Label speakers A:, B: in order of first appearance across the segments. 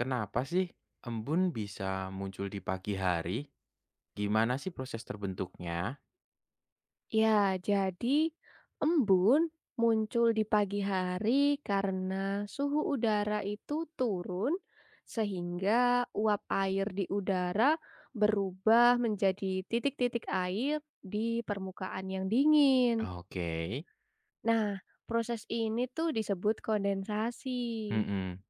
A: Kenapa sih embun bisa muncul di pagi hari? Gimana sih proses terbentuknya?
B: Ya, jadi embun muncul di pagi hari karena suhu udara itu turun, sehingga uap air di udara berubah menjadi titik-titik air di permukaan yang dingin.
A: Oke.
B: Nah, proses ini tuh disebut kondensasi.
A: mhm,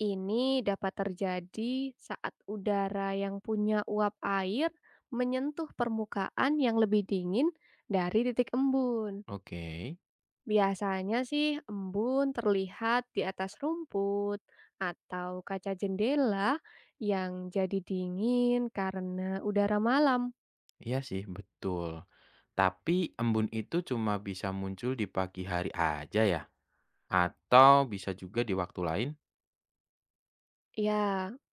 B: Ini dapat terjadi saat udara yang punya uap air menyentuh permukaan yang lebih dingin dari titik embun.
A: oke,
B: Biasanya sih embun terlihat di atas rumput atau kaca jendela yang jadi dingin karena udara malam.
A: iya sih betul. Tapi embun itu cuma bisa muncul di pagi hari aja ya? Atau bisa juga di waktu lain?
B: Ya,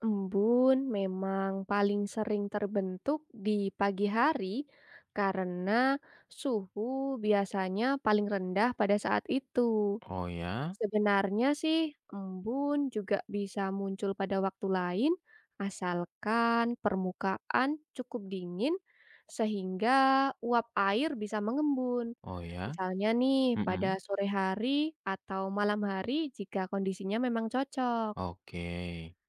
B: embun memang paling sering terbentuk di pagi hari karena suhu biasanya paling rendah pada saat itu.
A: Oh ya.
B: Sebenarnya sih embun juga bisa muncul pada waktu lain, asalkan permukaan cukup dingin sehingga uap air bisa mengembun.
A: Oh ya.
B: Misalnya nih pada
A: mhm,
B: sore hari atau malam hari jika kondisinya memang cocok.
A: oke.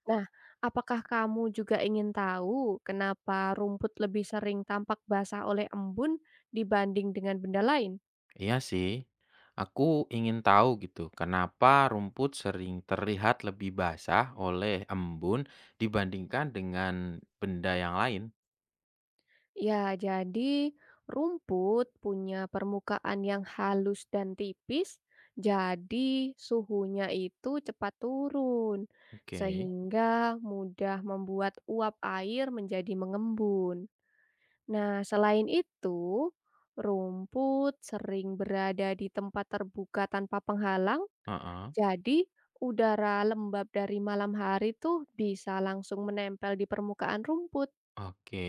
B: Nah, apakah kamu juga ingin tahu kenapa rumput lebih sering tampak basah oleh embun dibanding dengan benda lain?
A: Iya sih, aku ingin tahu gitu, kenapa rumput sering terlihat lebih basah oleh embun dibandingkan dengan benda yang lain?
B: Ya, jadi rumput punya permukaan yang halus dan tipis, jadi suhunya itu cepat turun,
A: Oke.
B: sehingga mudah membuat uap air menjadi mengembun. Nah, selain itu, rumput sering berada di tempat terbuka tanpa penghalang,
A: Heeh.
B: jadi udara lembab dari malam hari tuh bisa langsung menempel di permukaan rumput.
A: Oke,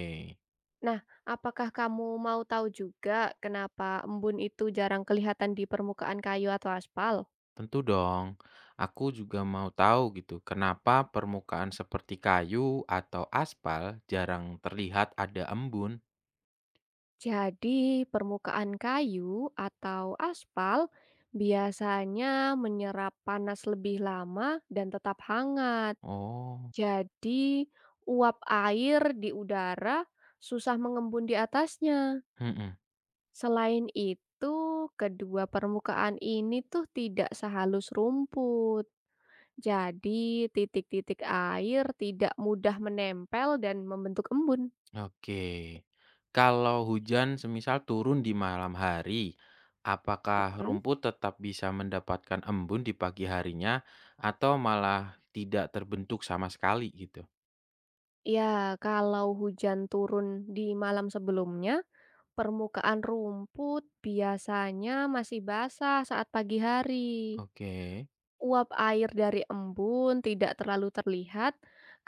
B: Nah, apakah kamu mau tahu juga kenapa embun itu jarang kelihatan di permukaan kayu atau aspal?
A: tentu dong. Aku juga mau tahu gitu, kenapa permukaan seperti kayu atau aspal jarang terlihat ada embun?
B: Jadi, permukaan kayu atau aspal biasanya menyerap panas lebih lama dan tetap hangat.
A: Oh.
B: Jadi, uap air di udara susah mengembun di atasnya.
A: Mhm.
B: Selain itu, kedua permukaan ini tuh tidak sehalus rumput. Jadi titik-titik air tidak mudah menempel dan membentuk embun.
A: Oke. Kalau hujan semisal turun di malam hari, apakah
B: Mhm.
A: rumput tetap bisa mendapatkan embun di pagi harinya atau malah tidak terbentuk sama sekali gitu?
B: Ya, kalau hujan turun di malam sebelumnya, permukaan rumput biasanya masih basah saat pagi hari.
A: Oke.
B: Uap air dari embun tidak terlalu terlihat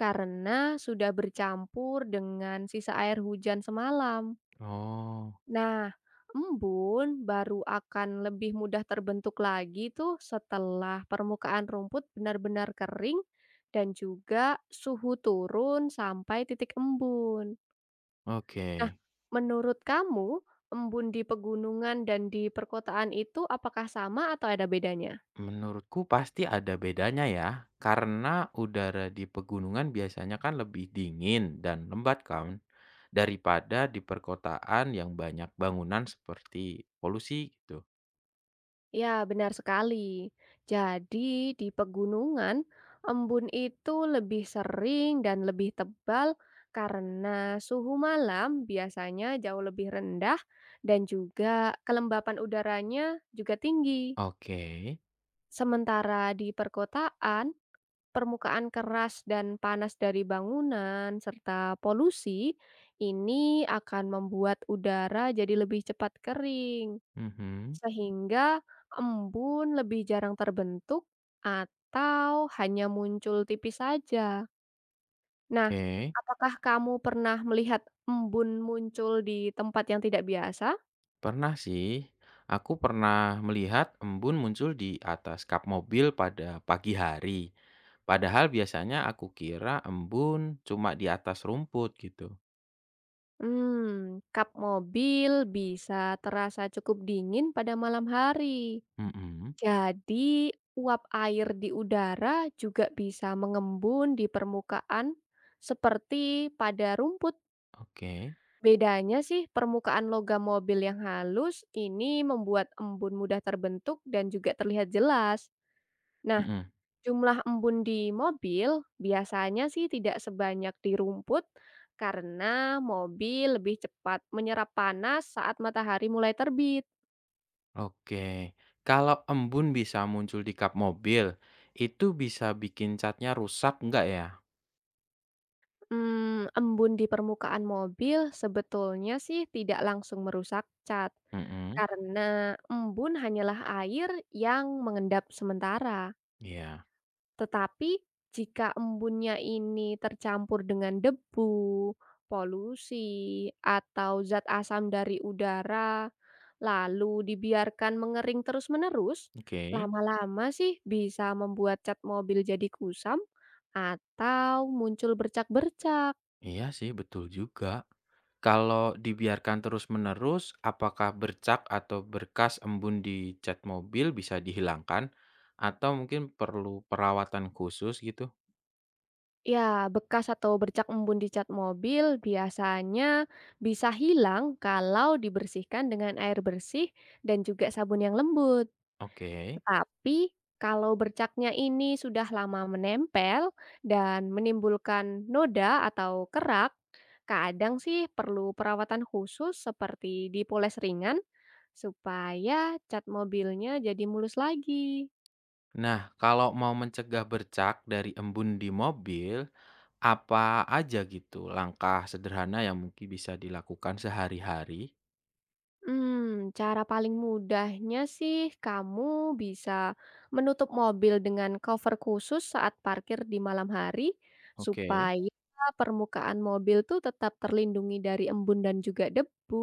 B: karena sudah bercampur dengan sisa air hujan semalam.
A: Oh.
B: Nah, embun baru akan lebih mudah terbentuk lagi tuh setelah permukaan rumput benar-benar kering dan juga suhu turun sampai titik embun. Nah,
A: Oke.
B: menurut kamu embun di pegunungan dan di perkotaan itu apakah sama atau ada bedanya?
A: Menurutku pasti ada bedanya ya, karena udara di pegunungan biasanya kan lebih dingin dan lembat kan daripada di perkotaan yang banyak bangunan seperti polusi gitu.
B: Ya, benar sekali. Jadi, di pegunungan, embun itu lebih sering dan lebih tebal karena suhu malam biasanya jauh lebih rendah dan juga kelembapan udaranya juga tinggi.
A: Oke.
B: Sementara di perkotaan, permukaan keras dan panas dari bangunan serta polusi ini akan membuat udara jadi lebih cepat kering.
A: Mhm.
B: Sehingga embun lebih jarang terbentuk atau hanya muncul tipis saja. Nah,
A: Oke,
B: apakah kamu pernah melihat embun muncul di tempat yang tidak biasa?
A: pernah sih. Aku pernah melihat embun muncul di atas kap mobil pada pagi hari. Padahal biasanya aku kira embun cuma di atas rumput gitu.
B: Kap mobil bisa terasa cukup dingin pada malam hari.
A: Mm-mm.
B: Jadi, uap air di udara juga bisa mengembun di permukaan seperti pada rumput.
A: Oke.
B: Bedanya sih permukaan logam mobil yang halus ini membuat embun mudah terbentuk dan juga terlihat jelas. Nah,
A: Mm-mm.
B: jumlah embun di mobil biasanya sih tidak sebanyak di rumput karena mobil lebih cepat menyerap panas saat matahari mulai terbit.
A: Oke. Kalau embun bisa muncul di kap mobil, itu bisa bikin catnya rusak nggak ya?
B: Embun di permukaan mobil sebetulnya sih tidak langsung merusak cat
A: Mm-mm.
B: karena embun hanyalah air yang mengendap sementara.
A: Iya.
B: Tetapi jika embunnya ini tercampur dengan debu, polusi, atau zat asam dari udara, lalu dibiarkan mengering terus-menerus,
A: Oke.
B: lama-lama sih bisa membuat cat mobil jadi kusam atau muncul bercak-bercak.
A: Iya sih, betul juga. Kalau dibiarkan terus-menerus, apakah bercak atau berkas embun di cat mobil bisa dihilangkan? Atau mungkin perlu perawatan khusus gitu?
B: Ya, bekas atau bercak embun di cat mobil biasanya bisa hilang kalau dibersihkan dengan air bersih dan juga sabun yang lembut.
A: Oke.
B: Tetapi, kalau bercaknya ini sudah lama menempel dan menimbulkan noda atau kerak, kadang sih perlu perawatan khusus seperti dipoles ringan supaya cat mobilnya jadi mulus lagi.
A: Nah, kalau mau mencegah bercak dari embun di mobil, apa aja gitu langkah sederhana yang mungkin bisa dilakukan sehari-hari?
B: Cara paling mudahnya sih kamu bisa menutup mobil dengan cover khusus saat parkir di malam hari
A: Oke.
B: supaya permukaan mobil tuh tetap terlindungi dari embun dan juga debu.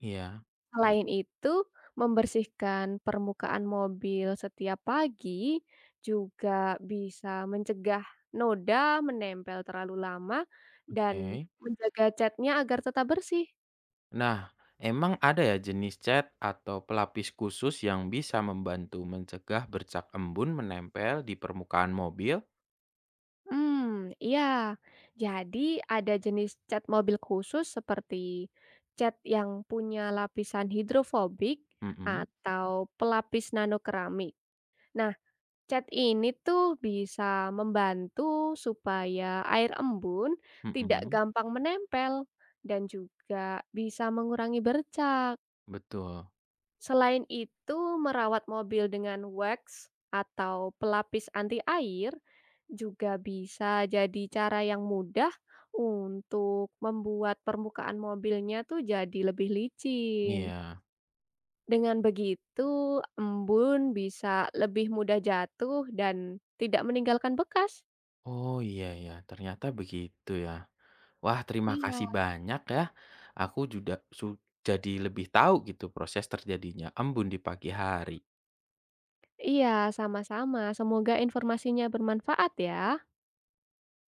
A: Iya,
B: Selain itu, membersihkan permukaan mobil setiap pagi juga bisa mencegah noda menempel terlalu lama dan
A: oke.
B: menjaga catnya agar tetap bersih.
A: Nah, emang ada ya jenis cat atau pelapis khusus yang bisa membantu mencegah bercak embun menempel di permukaan mobil?
B: Iya. Jadi ada jenis cat mobil khusus seperti cat yang punya lapisan hidrofobik
A: Mhm.
B: atau pelapis nano keramik. Nah, cat ini tuh bisa membantu supaya air embun tidak
A: mhm,
B: gampang menempel dan juga bisa mengurangi bercak.
A: Betul.
B: Selain itu, merawat mobil dengan wax atau pelapis anti air juga bisa jadi cara yang mudah untuk membuat permukaan mobilnya tuh jadi lebih licin.
A: Iya.
B: Dengan begitu, embun bisa lebih mudah jatuh dan tidak meninggalkan bekas.
A: Oh iya ya, ternyata begitu ya. Wah, terima
B: Iya.
A: kasih banyak ya. Aku juga su- jadi lebih tahu gitu proses terjadinya embun di pagi hari.
B: Iya, sama-sama. Semoga informasinya bermanfaat ya.